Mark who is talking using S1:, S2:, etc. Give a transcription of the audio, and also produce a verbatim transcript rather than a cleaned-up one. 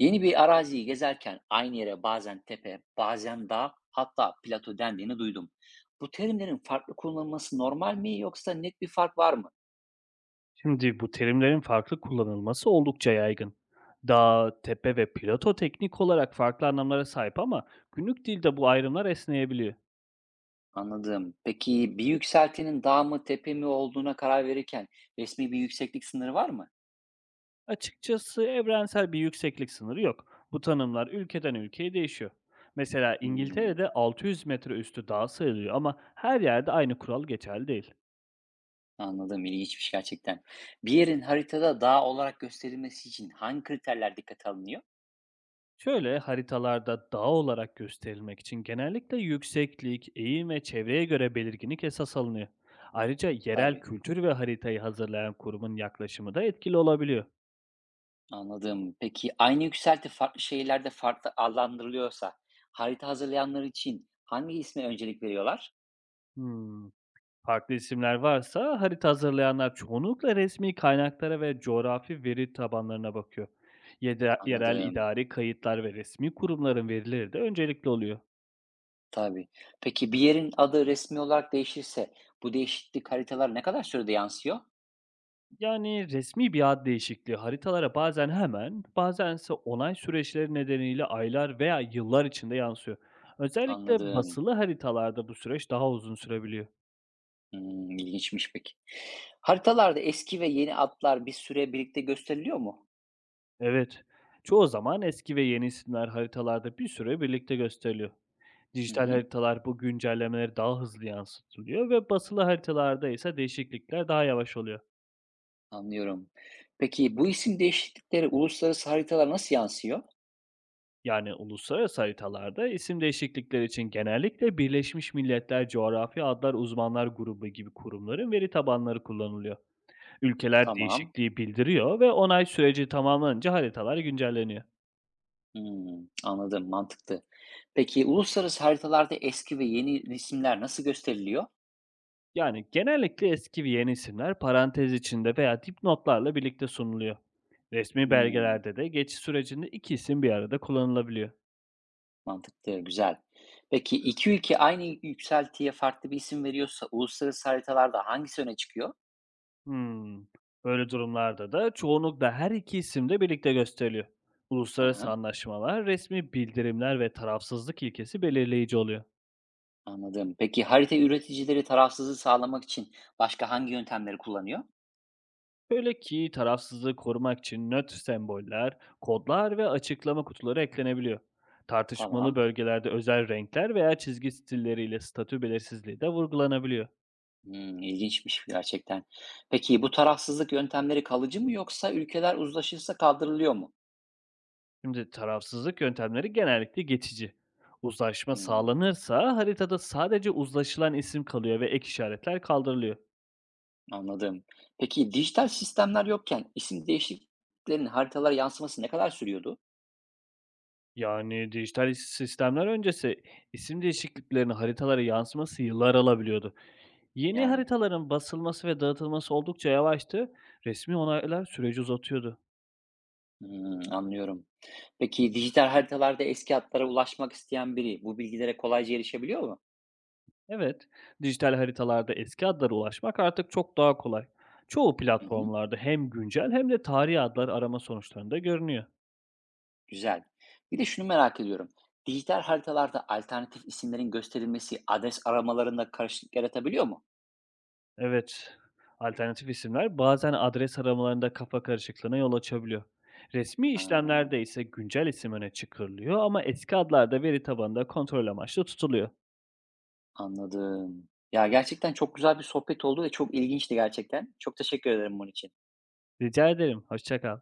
S1: Yeni bir araziyi gezerken aynı yere bazen tepe, bazen dağ, hatta plato dendiğini duydum. Bu terimlerin farklı kullanılması normal mi yoksa net bir fark var mı?
S2: Şimdi bu terimlerin farklı kullanılması oldukça yaygın. Dağ, tepe ve plato teknik olarak farklı anlamlara sahip ama günlük dilde bu ayrımlar esneyebiliyor.
S1: Anladım. Peki bir yükseltinin dağ mı tepe mi olduğuna karar verirken resmi bir yükseklik sınırı var mı?
S2: Açıkçası evrensel bir yükseklik sınırı yok. Bu tanımlar ülkeden ülkeye değişiyor. Mesela
S1: Hmm,
S2: İngiltere'de altı yüz metre üstü dağ sayılıyor ama her yerde aynı kural geçerli değil.
S1: anladım. İlginçmiş gerçekten. Bir yerin haritada dağ olarak gösterilmesi için hangi kriterler dikkate alınıyor?
S2: Şöyle haritalarda dağ olarak gösterilmek için genellikle yükseklik, eğim ve çevreye göre belirginlik esas alınıyor. Ayrıca yerel
S1: Tabii.
S2: kültür ve haritayı hazırlayan kurumun yaklaşımı da etkili olabiliyor.
S1: Anladım. Peki aynı yükselti farklı şehirlerde farklı adlandırılıyorsa harita hazırlayanlar için hangi isme öncelik veriyorlar?
S2: Hmm. Farklı isimler varsa harita hazırlayanlar çoğunlukla resmi kaynaklara ve coğrafi veri tabanlarına bakıyor. Yede- yerel
S1: Anladım.
S2: idari kayıtlar ve resmi kurumların verileri de öncelikli oluyor.
S1: Tabii. Peki bir yerin adı resmi olarak değişirse bu değişiklik haritalara ne kadar sürede yansıyor?
S2: Yani, resmi bir ad değişikliği haritalara bazen hemen, bazense onay süreçleri nedeniyle aylar veya yıllar içinde yansıyor. Özellikle
S1: Anladım.
S2: basılı haritalarda bu süreç daha uzun sürebiliyor.
S1: Hmm, ilginçmiş peki. Haritalarda eski ve yeni adlar bir süre birlikte gösteriliyor mu?
S2: Evet, çoğu zaman eski ve yeni isimler haritalarda bir süre birlikte gösteriliyor.
S1: Hı
S2: Dijital
S1: hı,
S2: haritalar bu güncellemeleri daha hızlı yansıtılıyor ve basılı haritalarda ise değişiklikler daha yavaş oluyor.
S1: anlıyorum. Peki bu isim değişiklikleri uluslararası haritalara nasıl yansıyor?
S2: Yani uluslararası haritalarda isim değişiklikleri için genellikle Birleşmiş Milletler Coğrafi Adlar Uzmanlar Grubu gibi kurumların veri tabanları kullanılıyor. Ülkeler
S1: Tamam.
S2: değişikliği bildiriyor ve onay süreci tamamlanınca haritalar güncelleniyor.
S1: Hımm, anladım, mantıklı. Peki, uluslararası haritalarda eski ve yeni resimler nasıl gösteriliyor?
S2: Yani genellikle eski ve yeni isimler parantez içinde veya dipnotlarla birlikte sunuluyor. Resmi
S1: Hımm,
S2: belgelerde de geçiş sürecinde iki isim bir arada kullanılabiliyor.
S1: mantıklı, güzel. Peki, iki ülke aynı yükseltiye farklı bir isim veriyorsa uluslararası haritalarda hangisi öne çıkıyor?
S2: Hımm. Böyle durumlarda da çoğunlukla her iki isim de birlikte gösteriliyor. Uluslararası
S1: Hı
S2: anlaşmalar, resmi bildirimler ve tarafsızlık ilkesi belirleyici oluyor.
S1: anladım. Peki, harita üreticileri tarafsızlığı sağlamak için başka hangi yöntemleri kullanıyor?
S2: Böyle ki tarafsızlığı korumak için nötr semboller, kodlar ve açıklama kutuları eklenebiliyor. Tartışmalı
S1: Tamam.
S2: bölgelerde özel renkler veya çizgi stilleriyle statü belirsizliği de vurgulanabiliyor.
S1: Hımm, ilginçmiş gerçekten. Peki, bu tarafsızlık yöntemleri kalıcı mı yoksa ülkeler uzlaşırsa kaldırılıyor mu?
S2: Şimdi tarafsızlık yöntemleri genellikle geçici. Uzlaşma
S1: Hımm.
S2: sağlanırsa haritada sadece uzlaşılan isim kalıyor ve ek işaretler kaldırılıyor.
S1: Anladım. Peki dijital sistemler yokken isim değişikliklerinin haritalara yansıması ne kadar sürüyordu?
S2: Yani, dijital is sistemler öncesi isim değişikliklerinin haritalara yansıması yıllar alabiliyordu. Yeni
S1: Yani
S2: haritaların basılması ve dağıtılması oldukça yavaştı, resmi onaylar süreci uzatıyordu.
S1: hmm, anlıyorum. Peki dijital haritalarda eski hatlara ulaşmak isteyen biri bu bilgilere kolayca erişebiliyor mu?
S2: Evet, dijital haritalarda eski adlara ulaşmak artık çok daha kolay. Çoğu
S1: Hı hı,
S2: platformlarda hem güncel hem de tarihi adlar arama sonuçlarında görünüyor.
S1: güzel. Bir de şunu merak ediyorum. Dijital haritalarda alternatif isimlerin gösterilmesi adres aramalarında karışıklık yaratabiliyor mu?
S2: Evet, alternatif isimler bazen adres aramalarında kafa karışıklığına yol açabiliyor. Resmi
S1: Ha,
S2: işlemlerde ise güncel isim öne çıkarılıyor ama eski adlar da veri tabanında kontrol amaçlı tutuluyor.
S1: anladım. Ya gerçekten çok güzel bir sohbet oldu ve çok ilginçti gerçekten. Çok teşekkür ederim bunun için.
S2: Rica ederim, hoşça kal.